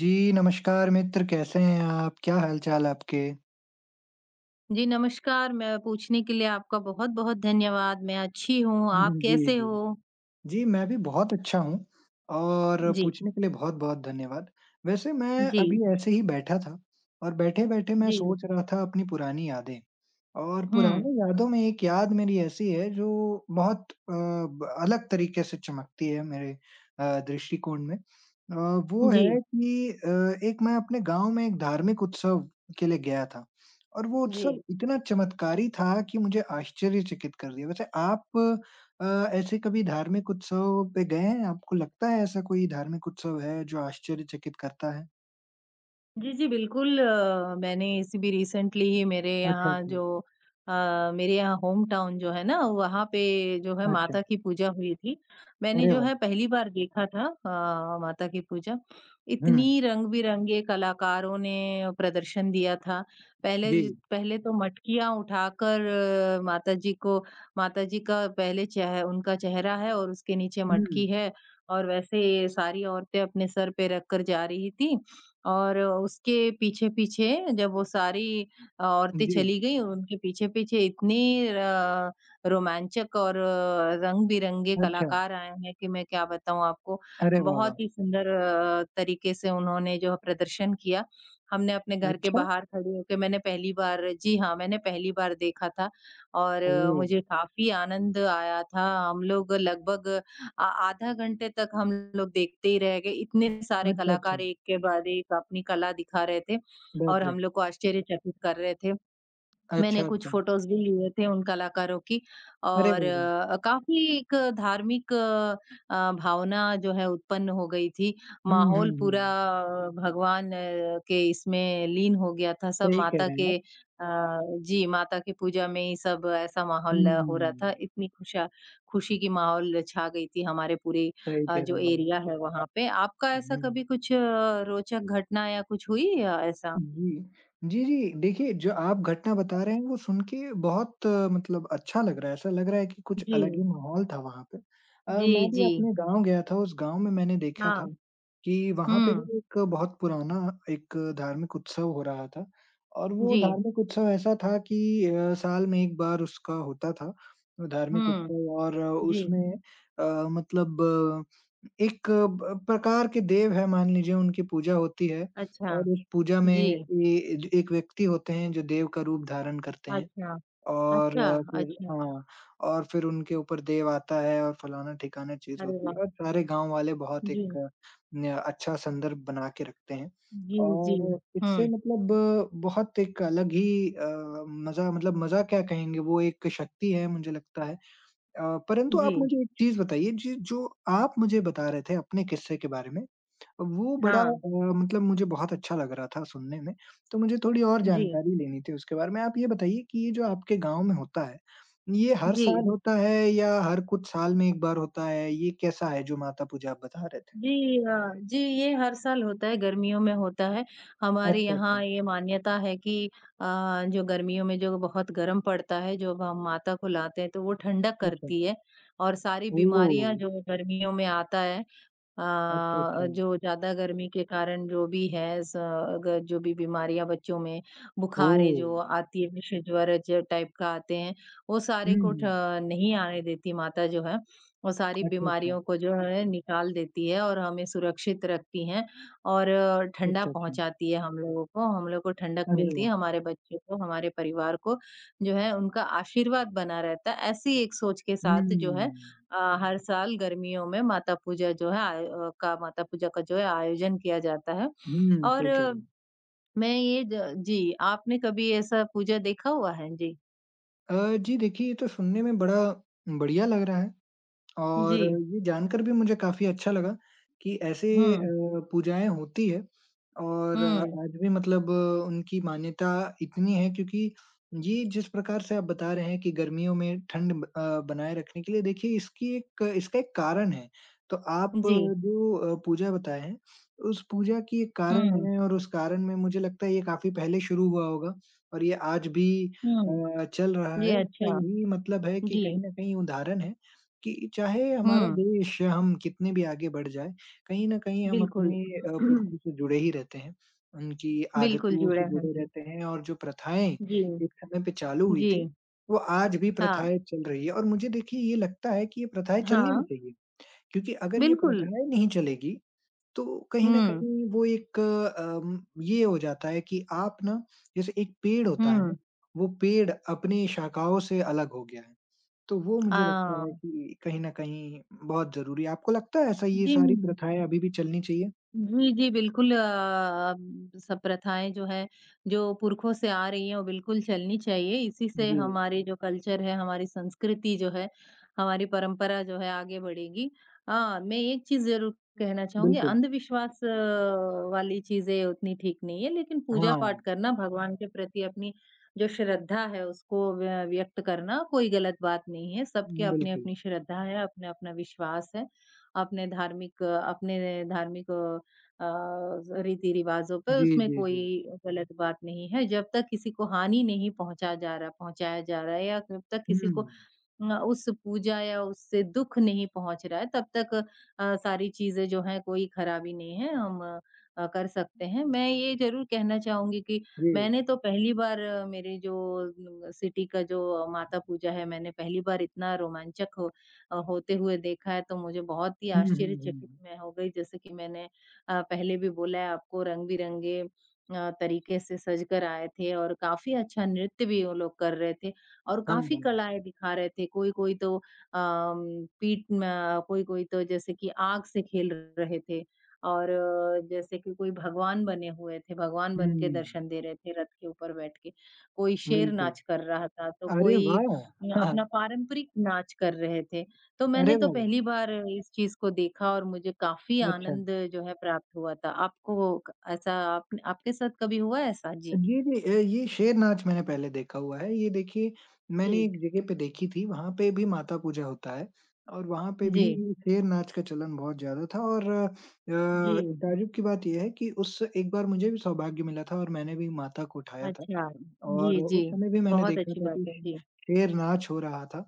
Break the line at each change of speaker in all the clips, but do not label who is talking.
जी, नमस्कार मित्र, कैसे हैं आप? क्या हाल-चाल आपके?
जी, नमस्कार। मैं पूछने के लिए आपका बहुत-बहुत धन्यवाद। मैं अच्छी हूँ, आप
जी,
कैसे
जी।
हो?
जी, मैं भी बहुत अच्छा हूँ और
जी,
पूछने के लिए बहुत-बहुत धन्यवाद। वैसे मैं
जी,
अभी ऐसे ही बैठा था और बैठे-बैठे मैं
जी।
सोच रहा था अपनी पुरानी यादें और
हुँ।
पुरानी यादों में एक याद मेरी ऐसी है जो बहुत अ, ब अलग तरीके से चमकती है मेरे दृष्टिकोण में। वो
जी,
है कि एक मैं अपने गाँव में एक धार्मिक उत्सव के लिए गया था और वो
जी।
उत्सव इतना चमत्कारी था कि मुझे आश्चर्यचकित कर दिया। वैसे आप अ, ऐसे कभी धार्मिक उत्सव पे गए हैं? आपको लगता है ऐसा कोई धार्मिक उत्सव है जो आश्चर्यचकित करता है?
जी, जी, बिल्कुल, मैंने इसी भी रिसेंटली ही
अच्छा, अच्छा।
अ, मेरे यहाँ होम टाउन जो है ना, वहाँ पे जो है
अच्छा,
माता की पूजा हुई थी। मैंने
अरे
जो
वाह!
है पहली बार देखा था माता की पूजा।
हुँ,
इतनी रंग-बिरंगे कलाकारों ने प्रदर्शन दिया था।
जी।
पहले तो मटकियाँ उठाकर अ, माता जी को माता जी का पहले चेह उनका चेहरा है और उसके नीचे
हुँ,
मटकी है और वैसे सारी औरतें अपने सर पे रखकर जा रही थी। और उसके पीछे-पीछे जब वो सारी औरतें
जी।
चली गईं, उनके पीछे-पीछे इतनी रोमांचक और रंग-बिरंगे
अच्छा,
कलाकार आए हैं कि मैं क्या बताऊँ आपको।
अरे वाह, वाह!
बहुत ही सुंदर तरीके से उन्होंने जो प्रदर्शन किया। हमने अपने घर के
अच्छा,
बाहर खड़े होके मैंने पहली बार जी हाँ, मैंने पहली बार देखा था। और
ओह!
मुझे काफ़ी आनंद आया था। हम लोग लगभग आधा घंटे तक हम लोग देखते ही रह गए, इतने सारे
अच्छा, अच्छा।
कलाकार एक के बाद एक अपनी कला दिखा रहे थे और
बाप रे!
हम लोग को आश्चर्यचकित कर रहे थे। मैंने
अच्छा,
कुछ
अच्छा।
फ़ोटोज़ भी लिए थे उन कलाकारों की।
अरे
और
वाह, वाह!
काफ़ी एक धार्मिक भावना जो है उत्पन्न हो गई थी।
हुँ, हुँ,
माहौल पूरा
हुँ।
भगवान के इसमें लीन हो गया था। सब
सही कह
माता
रहे हैं
के
आप।
जी, माता की पूजा में ही सब ऐसा माहौल हो रहा
हुँ,
था। इतनी खुशा खुशी की माहौल छा गई थी हमारे पूरे
सही कह
जो
रहे हैं, वाह!
एरिया है वहाँ पे। आपका ऐसा
हुँ।
कभी कुछ रोचक घटना या कुछ हुई ऐसा?
जी। जी, जी। देखिए, जो आप घटना बता रहे हैं वो सुन के बहुत अच्छा लग रहा है। ऐसा लग रहा है कि कुछ
जी।
अलग ही माहौल था वहाँ पे।
जी,
मैं भी
जी।
अपने गाँव गया था, उस गाँव में मैंने देखा था
हाँ।
कि वहाँ पे
हुँ।
भी एक बहुत पुराना एक धार्मिक उत्सव हो रहा था और वो
जी।
धार्मिक उत्सव ऐसा था कि साल में एक बार उसका होता था वो धार्मिक
हुँ।
उत्सव और
जी।
उसमें अ, मतलब एक ब प्रकार के देव हैं मान लीजिए, उनकी पूजा होती है
अच्छा।
और उस पूजा में
जी।
ये ज एक व्यक्ति होते हैं जो देव का रूप धारण करते हैं
अच्छा।
और
अच्छा,
फिर
अच्छा।
हाँ, और फिर उनके ऊपर देव आता है और फलाना-ठिकाना चीज़
अरे
होती है
वाह!
और सारे गाँव वाले बहुत
जी।
एक अ, न अच्छा संदर्भ बना के रखते हैं
जी, जी।
और इससे
हुँ।
बहुत एक अलग ही मज़ा क्या कहेंगे, वो एक शक्ति है मुझे लगता है। परंतु
जी।
आप मुझे एक चीज़ बताइए जी जो आप मुझे बता रहे थे अपने किस्से के बारे में, वो बड़ा अ,
हाँ।
मतलब मुझे बहुत अच्छा लग रहा था सुनने में, तो मुझे थोड़ी और
जी।
जानकारी लेनी थी उसके बारे में। आप ये बताइए कि ये जो आपके गाँव में होता है, ये हर
जी।
साल होता है या हर कुछ साल में एक बार होता है? ये कैसा है जो माता पूजा आप बता रहे थे?
जी, जी ये हर साल होता है, गर्मियों में होता है। हमारे
अच्छा,
यहाँ
अच्छा।
ये मान्यता है कि अ, जो गर्मियों में जो बहुत गर्म पड़ता है, जो अब हम माता को लाते हैं तो वो ठंडक
अच्छा।
करती है और सारी
ओह!
बीमारियाँ जो गर्मियों में आता है, अ,
अच्छा, अच्छा।
जो ज़्यादा गर्मी के कारण जो भी है स अगर जो भी बीमारियाँ बच्चों में, बुखारें
ओह!
जो आती है, विशेष ज्वर ज टाइप का आते हैं, वो सारे को ठ
हुँ।
नहीं आने देती माता जो है। वो सारी
अच्छा, अच्छा।
बीमारियों को जो है निकाल देती है और हमें सुरक्षित रखती हैं। और ठंडा
अच्छा, अच्छा।
पहुँचाती है हम लोगों को, हम लोग को ठंडक
अरे
मिलती है,
वाह!
हमारे बच्चों को, हमारे परिवार को जो है उनका आशीर्वाद बना रहता है। ऐसी एक सोच के
हुँ।
साथ जो है हर साल गर्मियों में माता पूजा जो है का माता पूजा का जो है आयोजन किया जाता है।
हुँ,
और
सही कह
अ,
रहे हैं।
मैं ये ज जी, आपने कभी ऐसा पूजा देखा हुआ है? जी।
जी देखिए, ये तो सुनने में बड़ा बढ़िया लग रहा है।
जी।
और ये जानकर भी मुझे काफ़ी अच्छा लगा कि ऐसे अ,
हुँ,
पूजाएँ होती हैं और अ,
हुँ।
आज भी मतलब अ, उनकी मान्यता इतनी है क्योंकि ये जिस प्रकार से आप बता रहे हैं कि गर्मियों में बनाए रखने के लिए देखिए इसकी एक इसका एक कारण है। तो आप
जी।
जो पूजा बताए हैं, उस पूजा की एक कारण
हुँ,
है और उस कारण में मुझे लगता है ये काफ़ी पहले शुरू हुआ होगा और ये आज भी
हुँ।
चल रहा
जी,
है। इसका
अच्छा।
यही मतलब है कि कहीं
जी।
न कहीं उदाहरण है कि चाहे हमारा
हुँ,
देश हम कितने भी आगे बढ़ जाए, कहीं न कहीं हम
बिल्कुल।
अपने पुरखों से जुड़े ही रहते हैं। उनकी
बिल्कुल
आदतों
जुड़े
से
हैं।
जुड़े
जी।
रहते हैं और जो प्रथाएँ
जी,
एक समय पे चालू हुई
जी।
थी, वो आज भी
हाँ,
प्रथाएँ चल रही है और मुझे देखिए ये लगता है कि ये प्रथाएँ चलनी भी
हाँ,
चाहिए। क्योंकि अगर ये
बिल्कुल।
प्रथाएँ नहीं चलेगी, तो कहीं न
हुँ,
कहीं वो एक ये हो जाता है कि आप ना जैसे एक पेड़ होता है ना,
हुँ।
वो पेड़ अपनी शाखाओं से अलग हो गया है। तो वो
अ,
मुझे लगता है कि कहीं न कहीं बहुत ज़रूरी है। आपको लगता है ऐसा ये
जी।
सारी प्रथाएँ अभी भी चलनी चाहिए?
जी, जी, बिल्कुल, सब प्रथाएँ जो हैं, जो पुरखों से आ रही हैं, वो बिल्कुल चलनी चाहिए। इसी से
जी,
हमारे जो कल्चर है, हमारी संस्कृति जो है, हमारी परंपरा जो है, आगे बढ़ेगी। हाँ, मैं एक चीज़ ज़रूर कहना चाहूँगी,
बिल्कुल।
अंधविश्वास वाली चीज़ें उतनी ठीक नहीं है, लेकिन
हाँ,
पूजा-पाठ करना, भगवान के प्रति अपनी जो श्रद्धा है, उसको व्यक्त करना कोई गलत बात नहीं है। सबके
बिल्कुल।
अपनी-अपनी श्रद्धा है, अपना-अपना विश्वास है, अपने धार्मिक अ, रीति-रिवाज़ों पे
जी,
उसमें
जी,
कोई
जी।
गलत बात नहीं है, जब तक किसी को हानि नहीं पहुँचाया जा रहा है या जब तक किसी को
हुँ,
उस पूजा या उससे दुःख नहीं पहुँच रहा है, तब तक सारी चीज़ें जो हैं कोई खराबी नहीं है, हम कर सकते हैं। मैं ये ज़रूर कहना चाहूँगी कि
जी।
मैंने तो पहली बार मेरे जो सिटी का जो माता पूजा है, मैंने पहली बार इतना रोमांचक होते हुए देखा है, तो मुझे बहुत ही
हुँ, हुँ,
आश्चर्यचकित
हुँ।
मैं हो गई। जैसे कि मैंने पहले भी बोला है आपको, रंग-बिरंगे तरीके से सज कर आए थे और काफ़ी अच्छा नृत्य भी वो लोग कर रहे थे। और
हाँ,
काफ़ी
हाँ।
कलाएँ दिखा रहे थे। कोई-कोई तो अम, पीठ म कोई-कोई तो जैसे कि आग से खेल रहे थे और, जैसे कि कोई भगवान बने हुए थे, भगवान बन के
हुँ,
दर्शन दे रहे थे रथ के ऊपर बैठ के। कोई शेर
बिल्कुल।
नाच कर रहा था, तो
अरे
कोई
वाह!
अपना पारंपरिक नाच कर रहे थे। तो मैंने
अरे
तो
वाह!
पहली बार इस चीज़ को देखा और मुझे काफ़ी
अच्छा।
आनंद जो है प्राप्त हुआ था। आपको क ऐसा आप आपके साथ कभी हुआ है ऐसा? जी।
जी, जी। ये शेर नाच मैंने पहले देखा हुआ है। ये देखिए
जी।
मैंने एक जगह पे देखी थी, वहाँ पे भी माता पूजा होता है और वहाँ पे भी
जी।
शेर नाच का चलन बहुत ज़्यादा था और
जी।
ताज्जुब की बात ये है कि उस एक बार मुझे भी सौभाग्य मिला था और मैंने भी माता को उठाया था।
अच्छा,
और
जी, जी।
उस समय भी मैंने
बहुत
देखा
अच्छी
था
बात
कि
है।
श
जी,
शेर नाच हो रहा था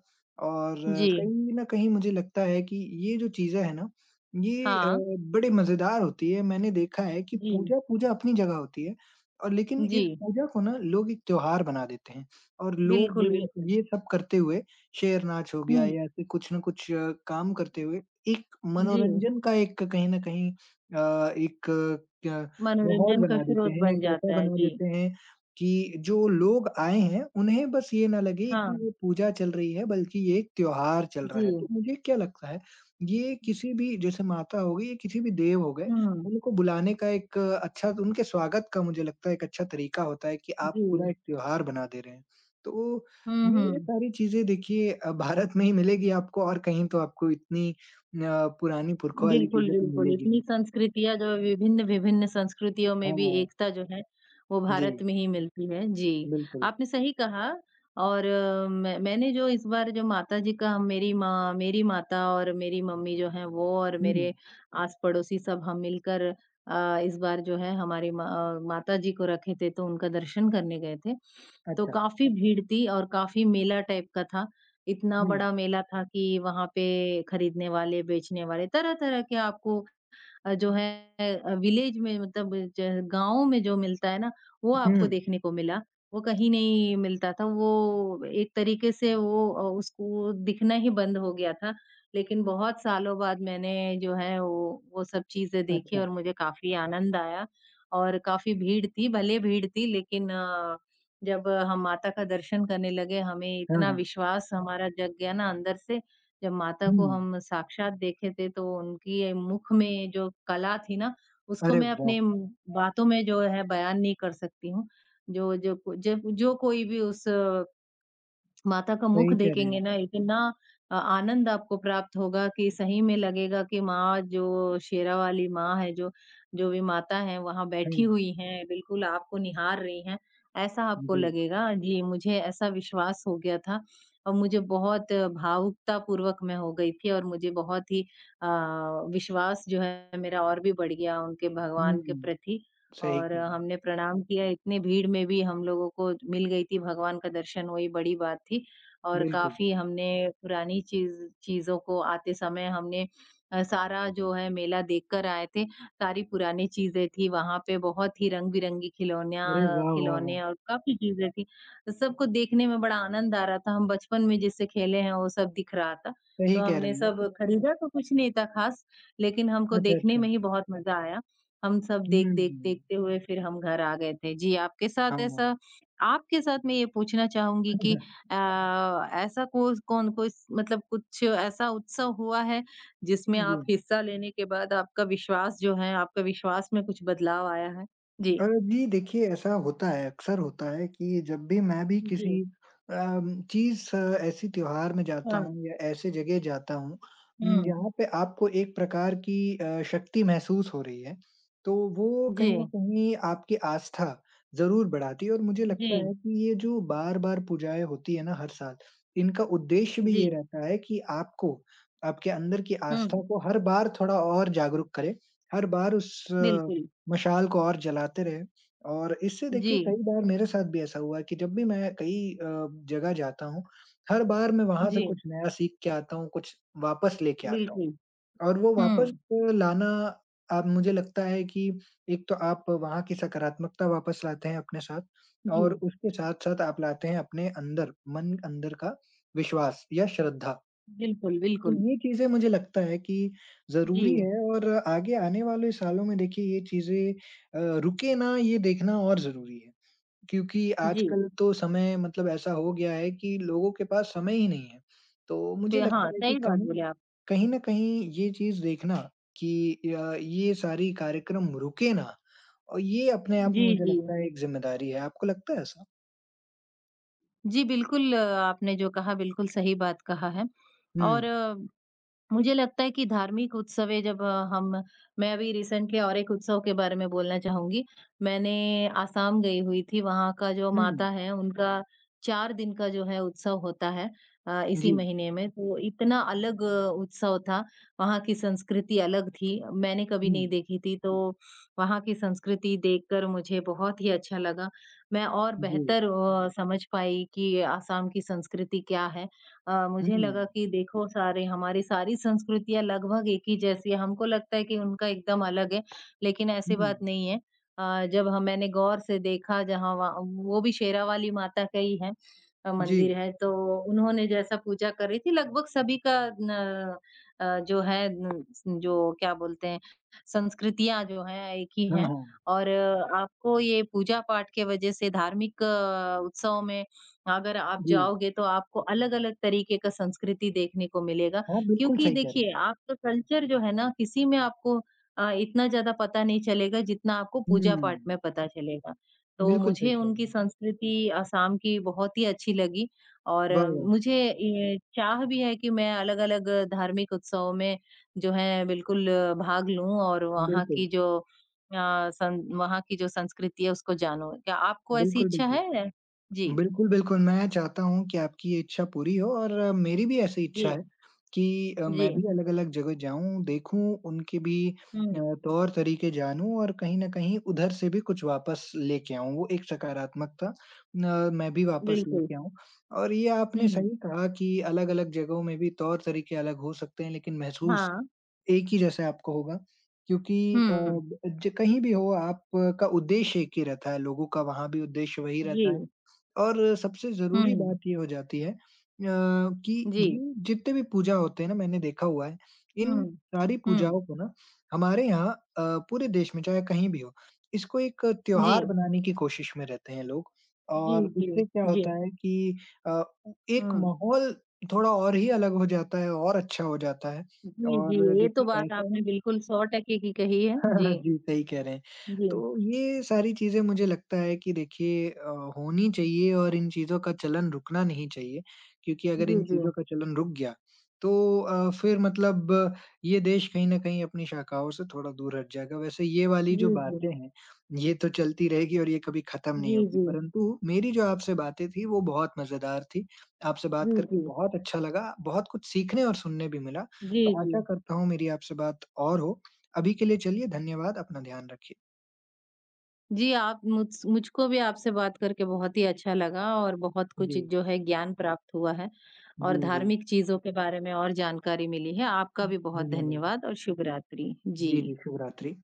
और
जी,
कहीं न कहीं मुझे लगता है कि ये जो चीज़ें हैं ना, ये
हाँ,
बड़े मज़ेदार होती है। मैंने देखा है कि
जी,
पूजा पूजा अपनी जगह होती है और लेकिन
जी।
इस पूजा को ना लोग एक त्योहार बना देते हैं और
बिल्कुल,
लोग
बिल्कुल।
ये सब करते हुए शेर नाच हो गया
हुँ,
या ऐसे कुछ न कुछ काम करते हुए एक
जी,
मनोरंजन का एक कहीं न कहीं अ, एक अ, क्या माहौल
मनोरंजन का
बना देते
स्रोत
हैं,
बन
एक ऐसा
जाता है।
बना
जी,
देते हैं कि जो लोग आए हैं, उन्हें बस ये ना लगे कि
हाँ,
ये पूजा चल रही है, बल्कि ये एक त्योहार चल रहा
जी,
है। तो मुझे क्या लगता है, ये किसी भी जैसे माता हो गई, ये किसी भी देव हो गए,
हुँ,
उनको बुलाने का एक अच्छा उनके स्वागत का मुझे लगता है एक अच्छा तरीका होता है कि आप
जी।
पूरा एक त्योहार बना दे रहे हैं। तो
हुँ,
ये
हुँ।
सारी चीज़ें देखिए भारत में ही मिलेगी आपको और कहीं तो आपको इतनी पुरानी पुरखों वाली
बिल्कुल,
चीज़ें तो
बिल्कुल,
मिलेगी
इतनी
नहीं।
संस्कृतियाँ जो विभिन्न-विभिन्न संस्कृतियों में भी
हाँ,
एकता जो है, वो
जी,
भारत में ही मिलती है। जी,
बिल्कुल।
आपने सही कहा। और मैंने जो इस बार जो माताजी का मेरी माता और मेरी मम्मी जो हैं वो और
हुँ,
मेरे आस-पड़ोसी सब हम मिलकर इस बार जो है हमारी माताजी को रखे थे, तो उनका दर्शन करने गए थे। तो
अच्छा।
काफ़ी भीड़ थी और काफ़ी मेला टाइप का था, इतना
हुँ।
बड़ा मेला था कि वहाँ पे खरीदने वाले, बेचने वाले तरह-तरह के आपको जो है विलेज में मतलब ज गाँव में जो मिलता है ना, वो
हुँ।
आपको देखने को मिला। वो कहीं नहीं मिलता था। वो एक तरीके से वो उसको दिखना ही बंद हो गया था। लेकिन बहुत सालों बाद मैंने जो है वो सब चीज़ें देखी
अच्छा,
और मुझे काफ़ी आनंद आया। और काफ़ी भीड़ थी, भले भीड़ थी लेकिन, जब हम माता का दर्शन करने लगे, हमें
हाँ,
इतना
हाँ।
विश्वास हमारा जग गया ना अंदर से। जब माता
हुँ,
को हम साक्षात देखे थे तो उनकी ये मुख में जो कला थी ना, उसको
अरे
मैं
वाह!
अपने बातों में जो है बयान नहीं कर सकती हूँ। जो जो जो जो कोई भी उस माता का मुख
सही कह रहे हैं
देखेंगे
आप।
ना, इतना आनंद आपको प्राप्त होगा कि सही में लगेगा कि माँ जो शेरा वाली माँ है, जो जो भी माता है वहां
हाँ,
बैठी हुई हैं बिल्कुल आपको निहार रही हैं, ऐसा आपको
जी।
लगेगा। जी, मुझे ऐसा विश्वास हो गया था और मुझे बहुत भावुकता पूर्वक मैं हो गई थी और मुझे बहुत ही विश्वास जो है मेरा और भी बढ़ गया उनके
हुँ,
भगवान के प्रति।
सही कह
और
रहे हैं,
हमने प्रणाम किया, इतनी भीड़ में भी हम लोगों को मिल गई थी भगवान का दर्शन, वही बड़ी बात थी। और
बिल्कुल।
काफ़ी हमने पुरानी चीज़ों को आते समय हमने सारा जो है मेला देख कर आए थे, सारी पुरानी चीज़ें थी वहाँ पे, बहुत ही रंग-बिरंगी
अरे
खिलौनियाँ
वाह, वाह, वाह!
खिलौने और काफ़ी चीज़ें थी। सबको देखने में बड़ा आनंद आ रहा था, हम बचपन में जिससे खेले हैं वो सब दिख रहा था। तो
सही कह रहे
हमने
हैं
सब
आप।
खरीदा तो कुछ नहीं था ख़ास, लेकिन हमको
अच्छा,
देखने
अच्छा।
में ही बहुत मज़ा आया। हम सब
हुँ,
देख-देख देखते हुए फिर हम घर आ गए थे। जी,
हाँ।
आपके साथ मैं ये पूछना चाहूँगी कि अ, ऐसा कोस कौन कोई स मतलब कुछ ऐसा उत्सव हुआ है, जिसमें
जी।
आप हिस्सा लेने के बाद आपका विश्वास में कुछ बदलाव आया है? जी।
जी देखिए, ऐसा होता है, अक्सर होता है कि जब भी मैं भी
जी,
किसी चीज़ ऐसी त्योहार में जाता
हाँ।
हूँ या ऐसे जगह जाता हूँ
हुँ।
जहाँ पे आपको एक प्रकार की शक्ति महसूस हो रही है, तो वो
जी,
कहीं न कहीं आपकी आस्था ज़रूर बढ़ाती है और मुझे लगता
जी,
है कि ये जो बार-बार पूजाएँ होती है ना हर साल, इनका उद्देश्य भी
जी।
ये रहता है कि आपको, आपके अंदर की
हुँ,
आस्था को हर बार थोड़ा और जागरूक करे, हर बार उस
बिल्कुल।
मशाल को और जलाते रहे और इससे देखिए
जी,
कई बार मेरे साथ भी ऐसा हुआ है कि जब भी मैं कई जगह जाता हूँ, हर बार मैं वहाँ से
जी,
कुछ नया सीख के आता हूँ, कुछ वापस लेके आता हूँ
बिल्कुल।
और वो वापस
हुँ,
लाना अब मुझे लगता है कि एक तो आप वहाँ की सकारात्मकता वापस लाते हैं अपने साथ
जी,
और उसके साथ-साथ आप लाते हैं अपने अंदर का विश्वास या श्रद्धा।
बिल्कुल,
तो
बिल्कुल।
ये चीज़ें मुझे लगता है कि
जी,
ज़रूरी है और आगे आने वाले सालों में देखिए ये चीज़ें रुके ना ये देखना और ज़रूरी है। क्योंकि
जी।
आजकल तो समय मतलब ऐसा हो गया है कि लोगों के पास समय ही नहीं है। तो
बे
मुझे लगता
हाँ,
है कि
सही बात
कहीं
बोले आप।
कहीं न कहीं ये चीज़ देखना कि ये सारी कार्यक्रम रुके ना और ये अपने आप
जी,
में मुझे
जी।
लगता है एक ज़िम्मेदारी है। आपको लगता है ऐसा?
जी, बिल्कुल, आपने जो कहा बिल्कुल सही बात कहा है।
हुँ,
और मुझे लगता है कि धार्मिक उत्सवें जब अ, हम मैं अभी रिसेंटली और एक उत्सव के बारे में बोलना चाहूँगी। मैंने आसाम गई हुई थी, वहाँ का जो
हुँ,
माता है, उनका 4 दिन का जो है उत्सव होता है इसी
जी,
महीने में। तो इतना अलग उत्सव था, वहाँ की संस्कृति अलग थी, मैंने कभी
हुँ,
नहीं देखी थी। तो वहाँ की संस्कृति देखकर मुझे बहुत ही अच्छा लगा। मैं और
जी,
बेहतर समझ पाई कि आसाम की संस्कृति क्या है।
हुँ,
मुझे लगा कि देखो सारे हमारी सारी संस्कृतियाँ लगभग एक ही जैसी है, हमको लगता है कि उनका एकदम अलग है, लेकिन ऐसी
हुँ,
बात नहीं है। जब ह मैंने गौर से देखा, जहाँ वहाँ वो भी शेरावाली माता का ही है,
जी,
मंदिर है, तो उन्होंने जैसा पूजा कर रही थी लगभग सभी का, न अ, जो है न जो क्या बोलते हैं, संस्कृतियाँ जो हैं एक ही
हाँ,
हैं।
हाँ।
और आपको ये पूजा-पाठ के वजह से धार्मिक उत्सव में अगर आप
जी।
जाओगे तो आपको अलग-अलग तरीके का संस्कृति देखने को मिलेगा,
हाँ, बिल्कुल
क्योंकि
सही कह रहे हैं।
देखिए आपका कल्चर जो है ना किसी में आपको इतना ज़्यादा पता नहीं चलेगा जितना आपको
हुँ,
पूजा-पाठ में पता चलेगा। तो
बिल्कुल सही
मुझे
कह रहे
उनकी
हैं।
संस्कृति असम की बहुत ही अच्छी लगी। और
वाह, वाह!
मुझे ये चाह भी है कि मैं अलग-अलग धार्मिक उत्सवों में जो है बिल्कुल, भाग लूँ और
बिल्कुल,
वहाँ की जो संस्कृति है उसको जानूँ। क्या आपको ऐसी
बिल्कुल,
इच्छा
बिल्कुल।
है? जी।
बिल्कुल, बिल्कुल, मैं चाहता हूँ कि आपकी ये इच्छा पूरी हो और मेरी भी ऐसी इच्छा
जी,
है कि
जी।
मैं भी अलग-अलग जगह जाऊँ, देखूँ, उनके भी अ,
हुँ,
तौर-तरीके जानूँ और कहीं न कहीं उधर से भी कुछ वापस लेके आऊँ, वो एक सकारात्मकता न मैं भी वापस
बिल्कुल।
लेके आऊँ। और ये आपने
हुँ,
सही कहा कि अलग-अलग जगहों में भी तौर-तरीके अलग हो सकते हैं, लेकिन महसूस
हाँ।
एक ही जैसे आपको होगा क्योंकि अ,
हुँ।
ज कहीं भी हो आपका उद्देश्य एक ही रहता है, लोगों का वहाँ भी उद्देश्य वही रहता है
जी,
और सबसे ज़रूरी
हुँ।
बात ये हो जाती है कि
जी।
ये जितने भी पूजा होते हैं ना मैंने देखा हुआ है, इन
हुँ।
सारी
हुँ,
पूजाओं को ना हमारे यहाँ पूरे देश में चाहे कहीं भी हो, इसको एक
जी।
त्योहार बनाने की कोशिश में रहते हैं लोग
जी,
और
जी,
उससे क्या
जी।
होता है कि अ, एक
हुँ।
माहौल थोड़ा और ही अलग हो जाता है और अच्छा हो जाता है
जी, जी,
और
ये तो
देखिए
बात
ऐसा
आपने बिल्कुल 100% की कही है। जी।
जी, सही कह रहे हैं।
जी,
तो ये सारी चीज़ें मुझे लगता है कि देखिए होनी चाहिए और इन चीज़ों का चलन रुकना नहीं चाहिए, क्योंकि अगर
जी,
इन
जी।
चीज़ों का चलन रुक गया, तो फिर ये देश कहीं न कहीं अपनी शाखाओं से थोड़ा दूर हट जाएगा। वैसे ये वाली जो
जी, जी।
बातें हैं, ये तो चलती रहेगी और ये कभी खत्म
जी,
नहीं होगी,
जी।
परंतु मेरी जो आपसे बातें थी, वो बहुत मज़ेदार थी। आपसे बात
जी,
करके
जी।
बहुत अच्छा लगा, बहुत कुछ सीखने और सुनने भी मिला।
जी,
तो
जी।
आशा करता हूँ मेरी आपसे बात और हो। अभी के लिए चलिए धन्यवाद, अपना ध्यान रखिए।
जी, आप मुझको भी आपसे बात करके बहुत ही अच्छा लगा और बहुत
जी।
कुछ जो है ज्ञान प्राप्त हुआ है और
जी, जी।
धार्मिक चीज़ों के बारे में और जानकारी मिली है। आपका भी बहुत
धन्यवाद।
धन्यवाद और शुभ रात्रि। जी।
जी, जी, शुभ रात्रि।